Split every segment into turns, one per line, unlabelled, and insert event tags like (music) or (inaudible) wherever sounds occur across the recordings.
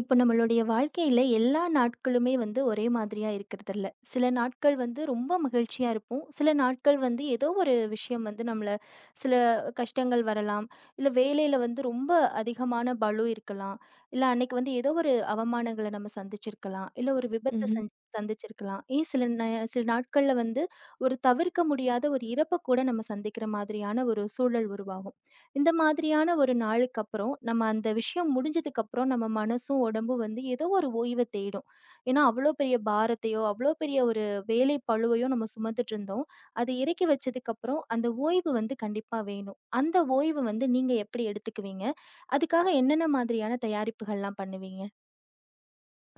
இப்போ நம்மளுடைய வாழ்க்கையில எல்லா நாட்களுமே வந்து ஒரே மாதிரியா இருக்கிறதில்ல. சில நாட்கள் வந்து ரொம்ப மகிழ்ச்சியா இருப்போம். சில நாட்கள் வந்து ஏதோ ஒரு விஷயம் வந்து நம்மள சில கஷ்டங்கள் வரலாம். இல்ல வேலையில வந்து ரொம்ப அதிகமான பளு இருக்கலாம். இல்ல அன்னைக்கு வந்து ஏதோ ஒரு அவமானங்கள நம்ம சந்திச்சிருக்கலாம். இல்ல ஒரு விபத்த
ம்ஹ்ம்.
சந்திச்சிருக்கலாம். ஏன் சில நாட்கள்ல வந்து ஒரு தவிர்க்க முடியாத ஒரு இறப்ப கூட நம்ம சந்திக்கிற மாதிரியான ஒரு சூழல் உருவாகும். இந்த மாதிரியான ஒரு நாளுக்கு அப்புறம், நம்ம அந்த விஷயம் முடிஞ்சதுக்கு அப்புறம் நம்ம மனசும், உடம்பும் வந்து ஏதோ ஒரு ஓய்வ தேடும். ஏன்னா, அவ்ளோ பெரிய பாரத்தையோ, அவ்ளோ பெரிய ஒரு வேலை பளுவையோ நம்ம சுமந்துட்டு இருந்தோம். அது இறக்கி வச்சதுக்கப்புறம் அந்த ஓய்வு வந்து கண்டிப்பா வேணும். அந்த ஓய்வு வந்து நீங்க எப்படி எடுத்துக்குவீங்க? அதுக்காக என்னென்ன மாதிரியான தயாரிப்புகள்லாம் பண்ணுவீங்க?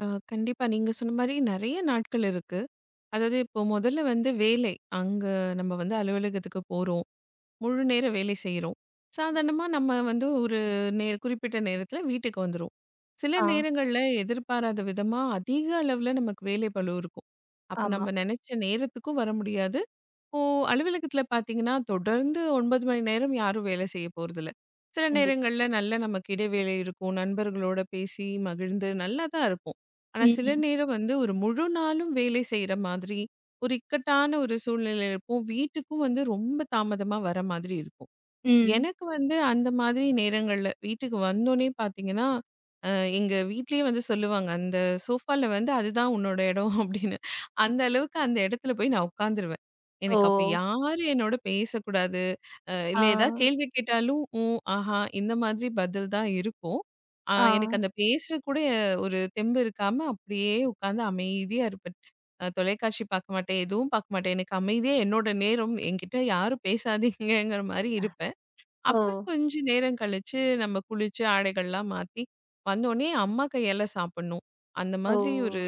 அ கண்டிப்பா. நீங்க சொன்ன மாரி நெறைய நாட்கள் இருக்கு. அதாவது இப்போ முதல்ல வந்து வேலை. அங்க நம்ம வந்து அலுவலகத்துக்கு போறோம். முழு நேர வேலை செய்றோம். சாதாரணமா நம்ம வந்து ஒரு குறிப்பிட்ட நேரத்தில வீட்டுக்கு வந்துருவோம். சில
ஆ,
நேரங்கள்ல எதிர்பாராத விதமா அதிக அளவுல நமக்கு வேலை பளு இருக்கும். அப்ப
ஆமா.
நம்ம நெனைச்ச நேரத்துக்கும் வர முடியாது. இப்போ அலுவலகத்துல பார்த்தீங்கன்னா, தொடர்ந்து 9 மணி நேரம் யாரும் வேலை செய்ய போறதில்ல. சில
கண்டிப்பா.
நேரங்கள்ல நல்ல நமக்கு இடைவேளை இருக்கும். நண்பர்களோட பேசி மகிழ்ந்து நல்லா தான் இருப்போம். ஆனா சில
ம்,
நேரம் வந்து ஒரு முழு நாளும் வேலை செய்ற மாதிரி, ஒரு இக்கட்டான ஒரு சூழ்நிலையில இருப்போம். வீட்டுக்கும் வந்து ரொம்ப தாமதமா வர மாதிரி இருக்கும்.
ம்.
எனக்கு வந்து அந்த மாதிரி நேரங்கள்ல வீட்டுக்கு வந்தோனே பார்த்தீங்கன்னா, அ எங்க வீட்லயே வந்து சொல்லுவாங்க, "அந்த சோஃபால வந்து அதுதான் உன்னோட இடம்" (laughs) அப்படின்னு. அந்த அளவுக்கு அந்த இடத்துல போய் நான் உட்காந்துருவேன்.
ஓ!
எனக்கு அப்ப யாரும் என்னோட பேசக்கூடாது.
ஆ,
இல்ல ஏதாவது கேள்வி கேட்டாலும், "ம், ஆஹா" இந்த மாதிரி பதில் தான் இருக்கும்.
ஆ,
எனக்கு அந்த பேசுற கூட ஒரு தெம்பு இருக்காம அப்படியே உட்காந்து அமைதியா இருப்பேன். தொலைக்காட்சி பார்க்க மாட்டேன், எதுவும் பார்க்க மாட்டேன். எனக்கு அமைதியா என்னோட நேரம், என்கிட்ட யாரும் பேசாதீங்கங்கிற மாரி இருப்பேன்.
ஓ!
அப்புறம் கொஞ்சம் நேரம் கழிச்சு நம்ம குளிச்சு ஆடைகள்லாம் மாத்தி, வந்தோனே அம்மா கையால சாப்பிடணும். அந்த
ஓ!
மாதிரி ஒரு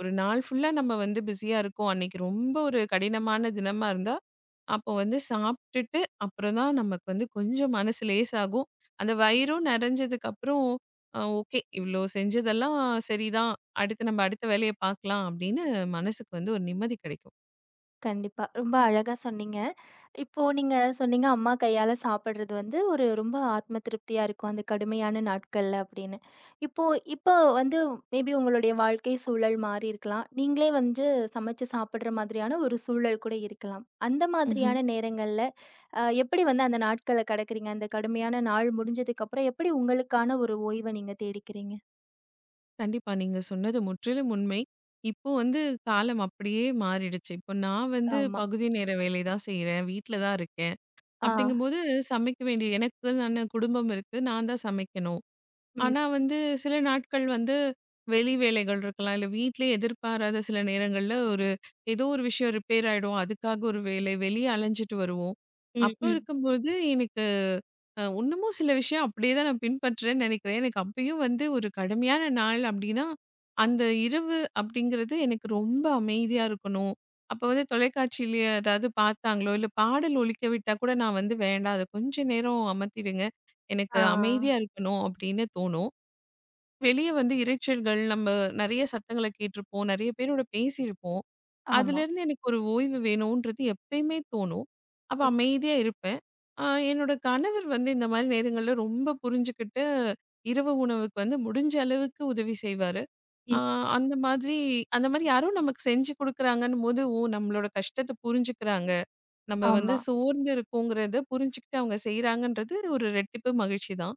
ஒரு நாள் ஃபுல்லா நம்ம வந்து பிஸியா இருக்கோம். அன்னைக்கு ரொம்ப ஒரு கடினமான தினமா இருந்தா, அப்போ வந்து சாப்ட்டுட்டு அப்புறம் தான் நமக்கு வந்து கொஞ்சம் மனசு லேசாகும். அந்த வயிறும் நெறஞ்சதுக்கு அப்புறம், ஓகே இவ்ளோ செஞ்சதெல்லாம் சரிதான். அடுத்து நம்ம அடுத்த வேலைய பாக்கலாம் அப்படின்னு மனசுக்கு வந்து ஒரு நிம்மதி
கண்டிப்பா. ரொம்ப அழகா சொன்னீங்க. இப்போ நீங்க சொன்னீங்க, அம்மா கையால சாப்பிடுறது வந்து ஒரு ரொம்ப ஆத்ம திருப்தியா இருக்கும். அந்த கடுமையான நாட்கள்ல அப்படின்னு. இப்போ இப்போ வந்து மேபி உங்களுடைய வாழ்க்கை சூழல் மாறி இருக்கலாம். நீங்களே வந்து சமைச்சு சாப்பிடுற மாதிரியான ஒரு சூழல் கூட இருக்கலாம். அந்த
கிடைக்கும்.
மாதிரியான நேரங்கள்ல எப்படி வந்து அந்த நாட்கள கடக்குறீங்க? அந்த கடுமையான நாள் முடிஞ்சதுக்கு அப்புறம் எப்படி உங்களுக்கான ஒரு ஓய்வ நீங்க தேடிக்கிறீங்க?
கண்டிப்பா. நீங்க சொன்னது முற்றிலும் உண்மை. இப்போ வந்து காலம் அப்படியே மாறிடுச்சு. இப்போ நான் வந்து
ஆமா.
பகுதி நேர வேலை தான் செய்றேன். வீட்ல தான் இருக்கேன்.
ஆ.
அப்படிங்கும்போது சமைக்க வேண்டிய எனக்குன்னு குடும்பம் இருக்கு. நான் தான் சமைக்கணும்.
ம்.
ஆனா வந்து சில நாட்கள் வந்து வெளி வேலைகள் இருக்கலாம். இல்ல வீட்லயே எதிர்பாராத சில நேரங்கள்ல ஏதோ ஒரு விஷயம் ரிப்பேர் ஆயிடும். அதுக்காக ஒரு வேலை வெளிய அலைஞ்சுட்டு வருவோம்.
ம்,
அப்போ
ம்.
இருக்கும்போது எனக்கு இன்னமும் சில விஷயம் அப்படியே தான் நான் பின்பற்றுறேன்னு நினைக்கிறேன். எனக்கு அப்பயும் வந்து ஒரு கடுமையான நாள் அப்படின்னா, அந்த இரவு அப்படிங்கிறது எனக்கு ரொம்ப அமைதியா இருக்கணும். அப்ப வந்து தொலைக்காட்சியிலயே ஏதாவது பார்த்தாங்களோ, இல்ல பாடல் ஒலிக்க விட்டா கூட நான் வந்து வேண்டாம். அத கொஞ்ச நேரம் அமர்த்திடுங்க. எனக்கு
ஆ.
அமைதியா இருக்கணும் அப்படின்னு தோணும். வெளிய வந்து இரைச்சல்கள் நம்ம நெறைய சத்தங்கள கேட்டிருப்போம். நெறைய பேரோட பேசியிருப்போம்.
ஆமா.
அதுலேருந்து எனக்கு ஒரு ஓய்வு வேணுன்றது எப்பயுமே தோணும். அப்ப
ம்,
அமைதியா இருப்பேன். அ என்னோட கணவர் வந்து இந்த மாரி நேரங்கள்ல ரொம்ப புரிஞ்சுகிட்டு, இரவு உணவுக்கு வந்து முடிஞ்ச அளவுக்கு உதவி செய்வாரு. அ
ம்.
அந்த மாதிரி அந்த மாரி யாரோ நமக்கு செஞ்சு குடுக்குறாங்கன்னும்போது, ஓ! நம்மளோட கஷ்டத்த புரிஞ்சுக்கிறாங்க. நம்ம வந்து
ஆமா.
சோர்ந்து இருக்கோங்கிறத புரிஞ்சுகிட்டு அவங்க செய்றாங்கன்றது ஒரு ரெட்டிப்பு மகிழ்ச்சி தான்.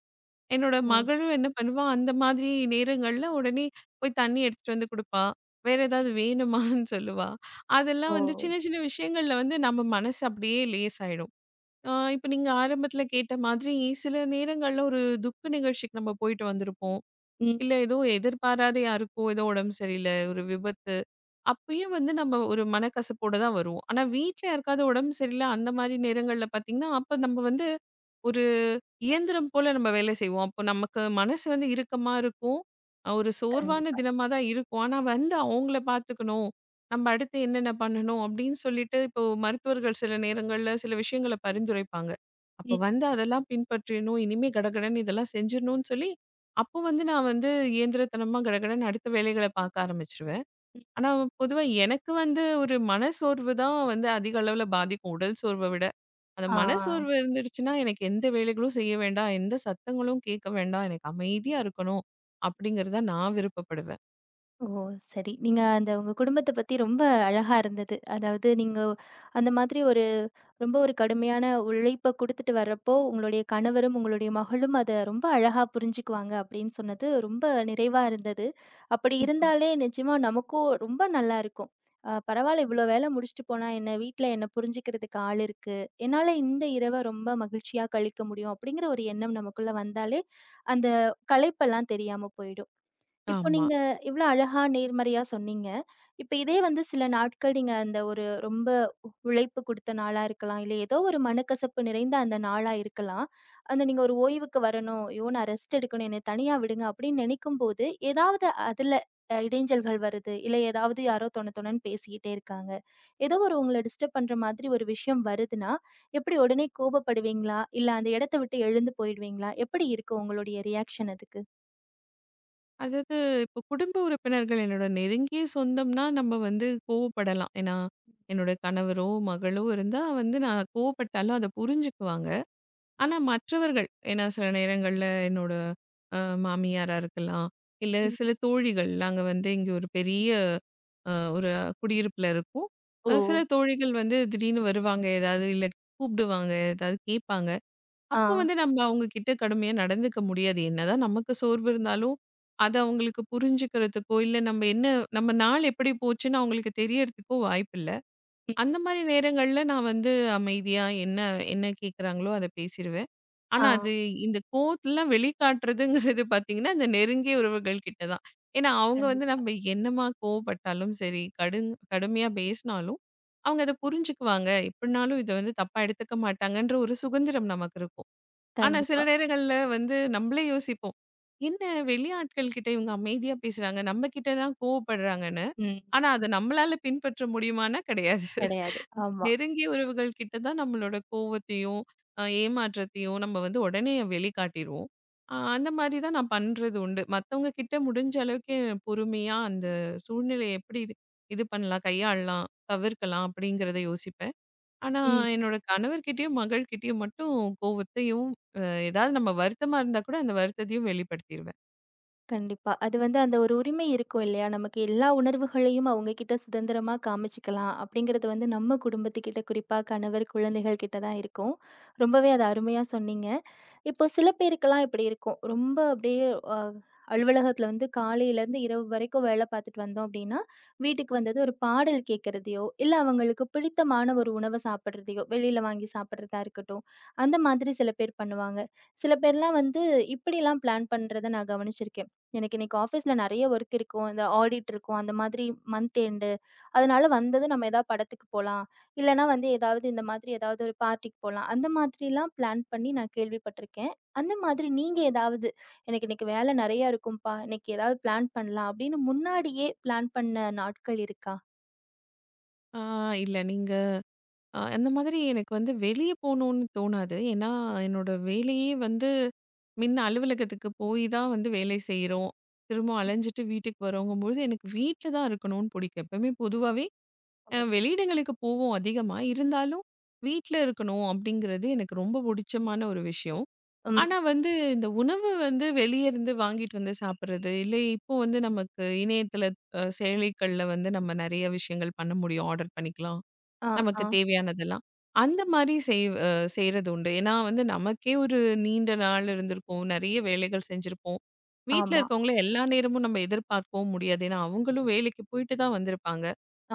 என்னோட
ஓ.
மகளும் என்ன பண்ணுவா, அந்த மாதிரி நேரங்கள்ல உடனே போய் தண்ணி எடுத்துட்டு வந்து குடுப்பா. வேற
ம்.
ஏதாவது வேணுமான்னு (laughs) சொல்லுவா. அதெல்லாம்
ஓ!
வந்து சின்ன சின்ன விஷயங்கள்ல வந்து நம்ம மனசு அப்படியே லேசாயிடும். ஆ, இப்ப நீங்க ஆரம்பத்துல கேட்ட மாதிரி சில நேரங்கள்ல ஒரு துக்க நிகழ்ச்சிக்கு நம்ம போயிட்டு வந்திருப்போம்.
ம்.
இல்ல ஏதோ எதிர்பாராத யாருக்கோ ஏதோ உடம்பு சரியில்ல, ஒரு விபத்து. அப்பயும் வந்து நம்ம ஒரு மனக்கசப்போட தான் வருவோம். ஆனா வீட்ல யாருக்காவது உடம்பு சரியில்ல அந்த மாதிரி நேரங்கள்ல பார்த்தீங்கன்னா, அப்ப நம்ம வந்து ஒரு இயந்திரம் போல நம்ம வேலை செய்வோம். அப்போ நமக்கு மனசு வந்து இறுக்கமா இருக்கும். ஒரு சோர்வான
கண்டிப்பா.
தினமா தான் இருக்கும். ஆனா வந்து அவங்கள பார்த்துக்கணும். நம்ம அடுத்து என்னென்ன பண்ணணும் அப்படின்னு சொல்லிட்டு, இப்போ மருத்துவர்கள் சில நேரங்கள்ல சில விஷயங்கள பரிந்துரைப்பாங்க. அப்போ
ம்.
வந்து அதெல்லாம் பின்பற்றிடணும். இனிமே கடகடன்னு இதெல்லாம் செஞ்சிடணும்னு சொல்லி, அப்போ வந்து நான் வந்து இயந்திரத்தனமா கடகடன்னு அடுத்த வேலைகள பார்க்க ஆரம்பிச்சுருவேன். ஆனா பொதுவா எனக்கு வந்து ஒரு மனசோர்வு தான் வந்து அதிக அளவுல பாதிக்கும். உடல் சோர்வ விட. அந்த
ஆ.
மனசோர்வு இருந்துடுச்சுன்னா, எனக்கு எந்த வேலைகளும் செய்ய வேண்டாம். எந்த சத்தங்களும் கேட்க வேண்டாம். எனக்கு அமைதியா இருக்கணும். அப்படிங்கிறத நான் விருப்பப்படுவேன்.
ஓ! சரி. நீங்க அந்த உங்க குடும்பத்த பத்தி ரொம்ப அழகா இருந்தது. அதாவது நீங்க அந்த மாதிரி ஒரு ரொம்ப ஒரு கடுமையான உழைப்ப குடுத்துட்டு வர்றப்போ, உங்களுடைய கணவரும், உங்களுடைய மகளும் அத ரொம்ப அழகா புரிஞ்சுக்குவாங்க அப்படின்னு சொன்னது ரொம்ப நிறைவா இருந்தது. அப்படி இருந்தாலே நிச்சயமா நமக்கும் ரொம்ப நல்லா இருக்கும். பரவால்ல இவ்ளோ வேல முடிச்சுட்டு போனா என்ன? வீட்ல என்ன புரிஞ்சுக்கிறதுக்கு ஆள் இருக்கு. என்னால இந்த இரவ ரொம்ப மகிழ்ச்சியா கழிக்க முடியும் அப்படிங்கிற ஒரு எண்ணம் நமக்குள்ள வந்தாலே, அந்த களைப்பெல்லாம் தெரியாம போயிடும். இப்போ
ஆமா.
நீங்க இவ்ளோ அழகா நேர்மறையா சொன்னீங்க. இப்ப இதே வந்து சில நாட்கள் நீங்க அந்த ஒரு ரொம்ப உழைப்பு குடுத்த நாளா இருக்கலாம். இல்ல ஏதோ ஒரு மனக்கசப்பு நிறைந்த அந்த நாளா இருக்கலாம். அந்த நீங்க ஒரு ஓய்வுக்கு வரணும். ஐயோ! நான் ரெஸ்ட் எடுக்கணும். என்னை தனியா விடுங்க அப்படின்னு நினைக்கும்போது, ஏதாவது அதுல இடைஞ்சல்கள் வருது. இல்ல ஏதாவது யாரோ தொண தொணன்னு பேசிக்கிட்டே இருக்காங்க. ஏதோ ஒரு உங்கள டிஸ்டர்ப் பண்ற மாதிரி ஒரு விஷயம் வருதுன்னா, எப்படி உடனே கோபப்படுவீங்களா? இல்ல அந்த இடத்த விட்டு எழுந்து போயிடுவீங்களா? எப்படி இருக்கும் உங்களுடைய ரியாக்ஷன் அதுக்கு?
அதாவது இப்போ குடும்ப உறுப்பினர்கள் என்னோட நெருங்கிய சொந்தம்னா, நம்ம வந்து கோவப்படலாம். ஏன்னா, என்னோட கணவரோ, மகளோ இருந்தா வந்து நான் கோவப்பட்டாலும் அத புரிஞ்சுக்குவாங்க. ஆனா மற்றவர்கள், ஏன்னா சில நேரங்கள்ல என்னோட அ மாமியாரா இருக்கலாம். இல்ல
ம்.
சில தோழிகள், நாங்க வந்து இங்க ஒரு பெரிய அ ஒரு குடியிருப்புல இருக்கும்.
ஓ!
சில தோழிகள் வந்து திடீர்னு வருவாங்க. ஏதாவது இல்ல கூப்பிடுவாங்க, ஏதாவது கேட்பாங்க.
ஆ.
அப்போ வந்து நம்ம அவங்க கிட்ட கடுமையா நடந்துக்க முடியாது. என்னதான் நமக்கு சோர்வு இருந்தாலும், அத அவங்களுக்கு புரிஞ்சுக்கிறதுக்கோ, இல்ல நம்ம நாள் எப்படி போச்சுன்னு அவங்களுக்கு தெரியறதுக்கோ வாய்ப்பில்ல.
ம்.
அந்த மாரி நேரங்கள்ல நான் வந்து அமைதியா என்ன என்ன கேட்குறாங்களோ அத பேசிருவேன்.
ஆ
ஆனா, அது இந்த கோவத்தலாம் வெளிக்காட்டுறதுங்கிறது பார்த்தீங்கன்னா, இந்த நெருங்கிய உறவுகள் கிட்ட தான். ஏன்னா, அவங்க வந்து
கண்டிப்பா,
நம்ம என்னமா கோவப்பட்டாலும் சரி, கடுமையா பேசினாலும், அவங்க அத புரிஞ்சுக்குவாங்க. எப்படினாலும் இத வந்து தப்பா எடுத்துக்க மாட்டாங்கன்ற ஒரு சுதந்திரம் நமக்கு இருக்கும். ஆனா, சில
கண்டிப்பா.
நேரங்கள்ல வந்து நம்மளே யோசிப்போம். என்ன வெளியாட்கள் கிட்ட இவங்க அமைதியா பேசுறாங்க. நம்ம கிட்ட தான் கோவப்படுறாங்கன்னு.
ம்.
ஆனா, அத நம்மளால பின்பற்ற முடியுமான்னா கிடையாது.
கிடையாது. ஆமா.
நெருங்கிய உறவுகள் கிட்ட தான் நம்மளோட கோவத்தையும், ஏமாற்றத்தையும் நம்ம வந்து உடனே வெளிக்காட்டிருவோம். அந்த மாரி தான் நான் பண்றது உண்டு. மத்தவங்க கிட்ட முடிஞ்ச அளவுக்கு பொறுமையா அந்த சூழ்நிலைய எப்படி இது இது பண்ணலாம், கையாளலாம், தவிர்க்கலாம் அப்படிங்கிறத யோசிப்பேன். ஆனா
ம்.
என்னோட கணவர்கிட்டயும், மகள்கிட்டயும் மட்டும் கோவத்தையும், அ ஏதாவது நம்ம வருத்தமா இருந்தா கூட அந்த வருத்தத்தையும் வெளிப்படுத்திருவேன்.
கண்டிப்பா. அது வந்து அந்த ஒரு உரிமை இருக்கும் இல்லையா? நமக்கு எல்லா உணர்வுகளையும் அவங்க கிட்ட சுதந்திரமா காமிச்சுக்கலாம். அப்படிங்கிறது வந்து நம்ம குடும்பத்துக்கிட்ட குறிப்பா கணவர், குழந்தைகள் கிட்ட தான் இருக்கும். ரொம்பவே அத அருமையா சொன்னீங்க. இப்போ சில பேருக்கெல்லாம் இப்படி இருக்கும். ரொம்ப அப்படியே அ அலுவலகத்தில வந்து காலையிலேருந்து இரவு வரைக்கும் வேலை பார்த்துட்டு வந்தோம் அப்படின்னா, வீட்டுக்கு வந்ததும் ஒரு பாடல் கேட்கறதையோ, இல்ல அவங்களுக்கு பிடித்தமான ஒரு உணவ சாப்பிடுறதையோ, வெளியில வாங்கி சாப்பிடுறதா இருக்கட்டும், அந்த மாதிரி சில பேர் பண்ணுவாங்க. சில பேர்லாம் வந்து இப்படிலாம் பிளான் பண்றத நான் கவனிச்சிருக்கேன். எனக்கு இன்னைக்கு ஆஃபீஸ்ல நெறைய ஒர்க் இருக்கும். இந்த ஆடிட் இருக்கும். அந்த மாதிரி மந்த் எண்டு அதனால வந்ததும் நம்ம ஏதாவது படத்துக்கு போலாம். இல்லன்னா வந்து ஏதாவது இந்த மாதிரி ஏதாவது ஒரு பார்ட்டிக்கு போலாம். அந்த மாதிரிலாம் பிளான் பண்ணி நான் கேள்விப்பட்டிருக்கேன். அந்த மாதிரி நீங்க ஏதாவது, "எனக்கு இன்னைக்கு வேலை நெறையா இருக்கும்ப்பா. இன்னைக்கு ஏதாவது பிளான் பண்ணலாம்." அப்படின்னு முன்னாடியே பிளான் பண்ண நாட்கள் இருக்கா?
ஆ, இல்ல நீங்க, அந்த மாதிரி எனக்கு வந்து வெளிய போணும்னு தோணாது. ஏன்னா, என்னோட வேலையே வந்து அலுவலகத்துக்கு போய் தான் வந்து வேலை செய்றோம். திரும்ப
ம்.
அலைஞ்சுட்டு வீட்டுக்கு வரோங்கும்பொழுது, எனக்கு வீட்ல தான் இருக்கணும்னு பிடிக்கும். எப்பவுமே பொதுவாவே
ஓ.
வெளியிடங்களுக்கு போவோம் அதிகமா. இருந்தாலும் வீட்ல இருக்கணும் அப்படிங்கிறது எனக்கு ரொம்ப பிடிச்சமான ஒரு விஷயம்.
ம்.
ஆனா வந்து இந்த உணவு வந்து வெளிய இருந்து வாங்கிட்டு வந்து சாப்பிடுறது, இல்லை இப்போ வந்து நமக்கு இணையதள செயலிகள்ல வந்து நம்ம நெறைய விஷயங்கள் பண்ண முடியும். ஆர்டர் பண்ணிக்கலாம்.
ஆ,
நமக்கு
ஆ.
தேவையானதெல்லாம். அந்த மாரி செய்வ் அ செய்றது உண்டு. ஏன்னா வந்து நமக்கே ஒரு நீண்ட நாள் இருந்திருக்கும். நெறைய வேலைகள் செஞ்சிருப்போம். வீட்ல
ஆமா,
இருக்கவங்கள எல்லா நேரமும் நம்ம எதிர்பார்க்கவும் முடியாது. ஏன்னா அவங்களும் வேலைக்கு போயிட்டு தான் வந்திருப்பாங்க.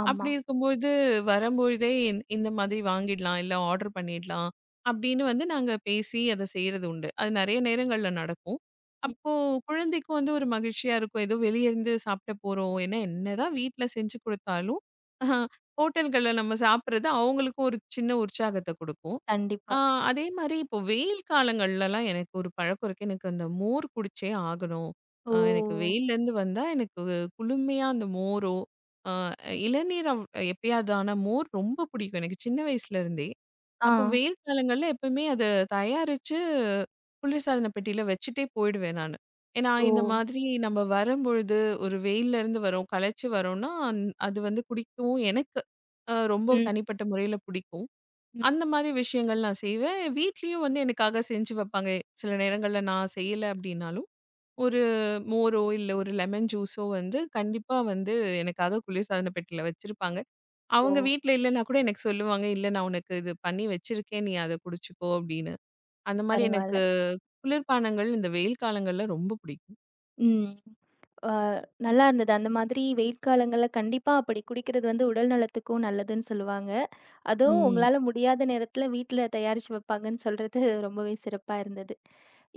ஆமா.
அப்படி இருக்கும்போது வரும்பொழுதே இந்த மாதிரி வாங்கிடலாம், இல்ல ஆர்டர் பண்ணிடலாம் அப்படின்னு வந்து நாங்க பேசி அத செய்றது உண்டு. அது நெறைய நேரங்கள்ல நடக்கும்.
ம்.
அப்போ குழந்தைக்கும் வந்து ஒரு மகிழ்ச்சியா இருக்கும். ஏதோ வெளிய இருந்து சாப்பிட போறோம். ஏன்னா என்னதான் வீட்ல செஞ்சு குடுத்தாலும், ஹோட்டல்கள்ல நம்ம சாப்பிடுறது அவங்களுக்கும் ஒரு சின்ன உற்சாகத்த குடுக்கும்.
கண்டிப்பா.
ஆ, அதே மாரி இப்போ வெயில் காலங்கள்லலாம் எனக்கு ஒரு பழக்கம் இருக்கு. எனக்கு அந்த மோர் குடிச்சே ஆகணும். எனக்கு
ஓ!
வெயில்லேருந்து வந்தா எனக்கு குளுமையா அந்த மோரோ, அ இளநீர் எப்பயாவது ஆனா மோர் ரொம்ப பிடிக்கும் எனக்கு சின்ன வயசுலேருந்தே.
ஆ.
அப்போ வெயில் காலங்கள்ல எப்பவுமே அத தயாரிச்சு குளிர்சாதன பெட்டியில வச்சுட்டே போயிடுவேன் நானு. ஏன்னா,
ஓ!
இந்த மாதிரி நம்ம வரும்பொழுது ஒரு வெயில்லேருந்து வரோம், களைச்சு வரோம்னா, அது வந்து குடிக்கவும் எனக்கு ரொம்ப
ம்,
தனிப்பட்ட முறையில பிடிக்கும்.
ம்.
அந்த மாரி விஷயங்கள் நான் செய்வேன். வீட்லயும் வந்து எனக்காக செஞ்சு வைப்பாங்க. சில நேரங்கள்ல நான் செய்யல அப்படின்னாலும், ஒரு மோரோ, இல்ல ஒரு லெமன் ஜூஸோ வந்து கண்டிப்பா வந்து எனக்காக குளிர்சாதன பெட்டியில வச்சிருப்பாங்க.
ஓ!
அவங்க வீட்ல இல்லன்னா கூட எனக்கு சொல்லுவாங்க, "இல்ல நான் உனக்கு இது பண்ணி வச்சிருக்கேன். நீ அத குடிச்சுக்கோ" அப்படின்னு. அந்த மாரி
பரவால்ல.
எனக்கு குளிர்பானங்கள் இந்த வெயில் காலங்கள்ல ரொம்ப பிடிக்கும்.
ம். அ நல்லா இருந்தது. அந்த மாதிரி வெயில் காலங்கள்ல கண்டிப்பா அப்படி குடிக்கிறது வந்து உடல் நலத்துக்கும் நல்லதுன்னு சொல்லுவாங்க. அதுவும்
ம்.
உங்களால முடியாத நேரத்துல வீட்ல தயாரிச்சு வைப்பாங்கன்னு சொல்றது ரொம்பவே சிறப்பா இருந்தது.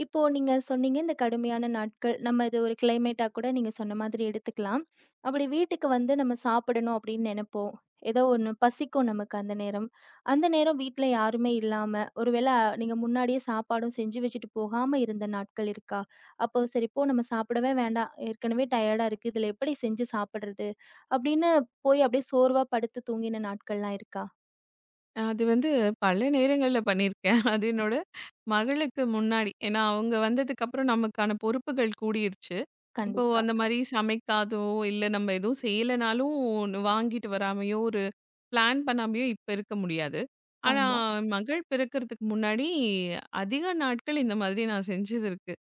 இப்போ நீங்க சொன்னீங்க, இந்த கடுமையான நாட்கள் நம்ம இது ஒரு கிளைமேட்டா கூட நீங்க சொன்ன மாதிரி எடுத்துக்கலாம். அப்படி வீட்டுக்கு வந்து நம்ம சாப்பிடணும் அப்படின்னு நெனைப்போம். ஏதோ ஒண்ணு பசிக்கும் நமக்கு அந்த நேரம். அந்த நேரம் வீட்ல யாருமே இல்லாம, ஒருவேள நீங்க முன்னாடியே சாப்பாடும் செஞ்சு வச்சுட்டு போகாம இருந்த நாட்கள் இருக்கா? அப்போ சரி போ நம்ம சாப்பிடவே வேண்டாம். ஏற்கனவே டயர்டா இருக்கு. இதுல எப்படி செஞ்சு சாப்பிடுறது? அப்படின்னு போய் அப்படியே சோர்வா படுத்து தூங்கின நாட்கள்லாம் இருக்கா?
அது வந்து பல நேரங்கள்ல பண்ணியிருக்கேன். அது என்னோட மகளுக்கு முன்னாடி. ஏன்னா, அவங்க வந்ததுக்கப்புறம் நமக்கான பொறுப்புகள் கூடிருச்சு. இப்போ
கண்டிப்பா.
அந்த மாரி சமைக்காதோ, இல்ல நம்ம எதுவும் செய்யலனாலும், ஒண்ணு வாங்கிட்டு வராமயோ, ஒரு பிளான் பண்ணாமயே இப்ப இருக்க முடியாது. ஆனா,
ஆமா.
ம். மகள் பிறக்கறதுக்கு முன்னாடி அதிக நாட்கள் இந்த மாதிரி நான் செஞ்சது இருக்கு.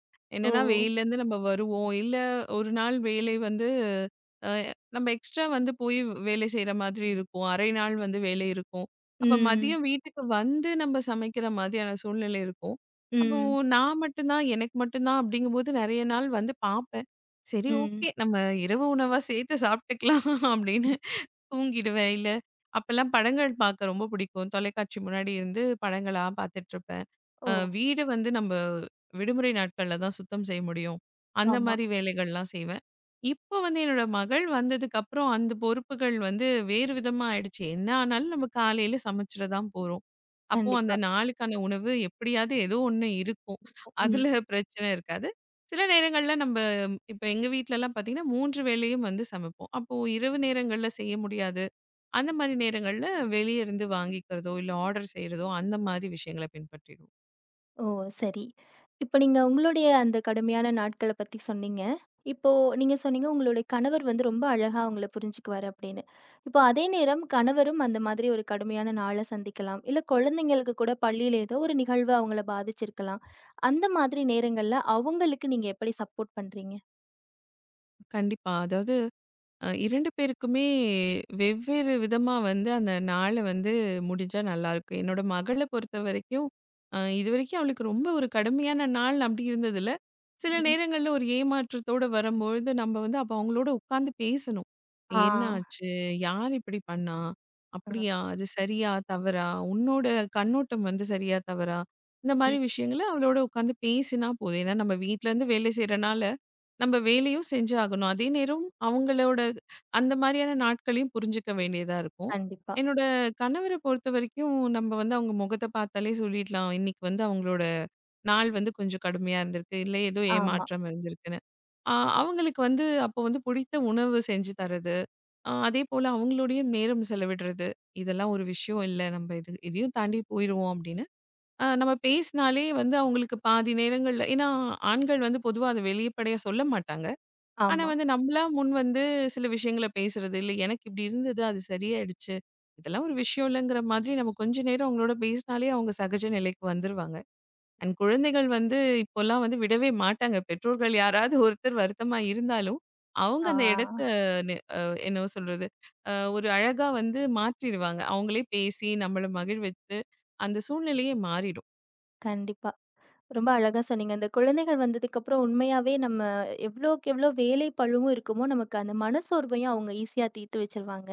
ஓ!
என்னன்னா, வெயில்லருந்து நம்ம வருவோம். இல்ல ஒரு நாள் வேலை வந்து அ நம்ம எக்ஸ்ட்ரா வந்து போய் வேலை செய்ற மாதிரி இருக்கும். அரை நாள் வந்து வேலை இருக்கும். அப்ப
ம்.
மதியம் வீட்டுக்கு வந்து நம்ம சமைக்கிற மாதிரியான சூழ்நிலை இருக்கும். அப்போ
ம்.
நான் மட்டும் தான், எனக்கு மட்டும் தான் அப்படிங்கும்போது நெறைய நாள் வந்து பாப்பேன். சரி,
ம்.
ஓகே. நம்ம இரவு உணவா சேர்த்து சாப்ட்டுக்கலாம் அப்படின்னு. தூங்கிடுவேன். இல்ல அப்பல்லாம் படங்கள் பார்க்க ரொம்ப பிடிக்கும். தொலைக்காட்சி முன்னாடி இருந்து படங்களா பார்த்துட்ருப்பேன்.
ஓ!
வீடு வந்து நம்ம விடுமுறை நாட்கள்ல தான் சுத்தம் செய்ய முடியும். அந்த
ஆமா.
மாரி வேலைகள்லாம் செய்வேன். இப்போ வந்து என்னோட மகள் வந்ததுக்கப்புறம் அந்த பொறுப்புகள் வந்து வேறு விதமா ஆயிடுச்சு. என்ன ஆனாலும் நம்ம காலையில சமைச்சிட தான் போறோம். அப்போ அந்த
கண்டிப்பா.
நாளுக்கான உணவு எப்படியாவது ஏதோ ஒண்ணு இருக்கும்.
ம்.
அதுல பிரச்சனை இருக்காது. சில நேரங்கள்ல நம்ம இப்ப எங்க வீட்லலாம் பார்த்தீங்கன்னா 3 வேளையும் வந்து சமைப்போம். அப்போ இரவு நேரங்கள்ல செய்ய முடியாது. அந்த மாரி நேரங்கள்ல வெளிய இருந்து வாங்கிக்கிறதோ, இல்ல ஆர்டர் செய்றதோ அந்த மாரி விஷயங்கள பின்பற்றிடுவோம்.
ஓ! சரி. இப்ப நீங்க உங்களுடைய அந்த கடுமையான நாட்கள பத்தி சொன்னீங்க. இப்போ நீங்க சொன்னீங்க உங்களுடைய கணவர் வந்து ரொம்ப அழகா உங்கள புரிஞ்சுக்குவாரு அப்படின்னு. இப்போ அதே நேரம் கணவரும் அந்த மாதிரி ஒரு கடுமையான நாள சந்திக்கலாம். இல்ல குழந்தைங்களுக்கு கூட பள்ளியில ஏதோ ஒரு நிகழ்வு அவங்கள பாதிச்சிருக்கலாம். அந்த மாதிரி நேரங்கள்ல அவங்களுக்கு நீங்க எப்படி சப்போர்ட் பண்றீங்க?
கண்டிப்பா. அதாவது, 2 பேருக்குமே வெவ்வேறு விதமா வந்து அந்த நாள வந்து முடிஞ்சா நல்லாயிருக்கும். என்னோட மகள பொறுத்தவரைக்கும், இதுவரைக்கும் அவளுக்கு ரொம்ப ஒரு கடுமையான நாள் அப்படி இருந்ததில்ல. சில
ம்.
நேரங்கள்ல ஒரு ஏமாற்றத்தோட வரும்பொழுது, நம்ம வந்து அப்ப அவங்களோட உட்கார்ந்து பேசணும்.
ஆ.
"என்ன ஆச்சு? யார் இப்படி பண்ணா?
ம்.
அப்படியா? அது சரியா? தவறா? உன்னோட கண்ணோட்டம் வந்து சரியா? தவறா?" இந்த மாரி
ம்.
விஷயங்கள அவளோட உட்கார்ந்து பேசினா போதும். ஏன்னா நம்ம வீட்ல இருந்து வேலை செய்றனால, நம்ம வேலையும் செஞ்சு ஆகணும். அதே நேரம் அவங்களோட அந்த மாரியான நாட்களையும் புரிஞ்சுக்க வேண்டியதா இருக்கும்.
கண்டிப்பா.
என்னோட கணவர பொறுத்தவரைக்கும் நம்ம வந்து அவங்க முகத்த பார்த்தாலே சொல்லிடலாம். இன்னைக்கு வந்து அவங்களோட நாள் வந்து கொஞ்சம் கடுமையா இருந்திருக்கு. இல்ல ஏதோ
ஆமா.
ஏமாற்றம் இருந்திருக்குன்னு. அ அவங்களுக்கு வந்து அப்போ வந்து பிடித்த உணவு செஞ்சு தர்றது. அதேபோல அவங்களோடையும் நேரம் செலவிடுறது. இதெல்லாம் ஒரு விஷயம் இல்ல. நம்ம இது இதையும் தாண்டி போயிருவோம் அப்படின்னு. நம்ம பேசினாலே வந்து அவங்களுக்கு பாதி நேரங்கள்ல ஏன்னா ஆண்கள் வந்து பொதுவா அத வெளிப்படையா சொல்ல மாட்டாங்க. ஆனா
ஆமா.
வந்து நம்மளா முன் வந்து சில விஷயங்கள பேசுறது, இல்ல எனக்கு இப்படி இருந்தது அது சரியாயிடுச்சு. இதெல்லாம் ஒரு விஷயம் இல்லங்கிற மாதிரி நம்ம கொஞ்ச நேரம் அவங்களோட பேசினாலே அவங்க சகஜ நிலைக்கு வந்துருவாங்க. அண்ட் குழந்தைகள் வந்து இப்போலாம் வந்து விடவே மாட்டாங்க. பெற்றோர்கள் யாராவது ஒருத்தர் வருத்தமா இருந்தாலும், அவங்க
ஆ
அந்த இடத்த நெ அ என்ன சொல்றது? ஒரு அழகா வந்து மாற்றிடுவாங்க. அவங்களே பேசி நம்மள மகிழ்வித்து அந்த சூழ்நிலையே மாறிடும்.
கண்டிப்பா. ரொம்ப அழகா சொன்னீங்க. அந்த குழந்தைகள் வந்ததுக்கப்புறம் உண்மையாவே நம்ம எவ்வளோக்கு எவ்வளோ வேலை பளுவும் இருக்குமோ, நமக்கு அந்த மனசோர்வையும் அவங்க ஈஸியா தீர்த்து வச்சுருவாங்க.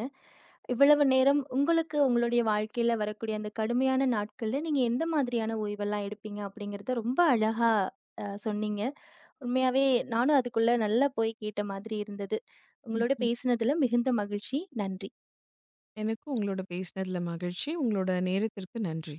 இவ்வளவு நேரம் உங்களுக்கு உங்களுடைய வாழ்க்கையில வரக்கூடிய அந்த கடுமையான நாட்கள்ல நீங்க எந்த மாதிரியான ஓய்வெல்லாம் எடுப்பீங்க அப்படிங்கிறத ரொம்ப அழகா சொன்னீங்க. உண்மையாவே நானும் அதுக்குள்ள நல்லா போய் கேட்ட மாதிரி இருந்தது. உங்களோட பேசினதுல மிகுந்த மகிழ்ச்சி. நன்றி.
எனக்கும் உங்களோட பேசினதுல மகிழ்ச்சி. உங்களோட நேரத்திற்கு நன்றி.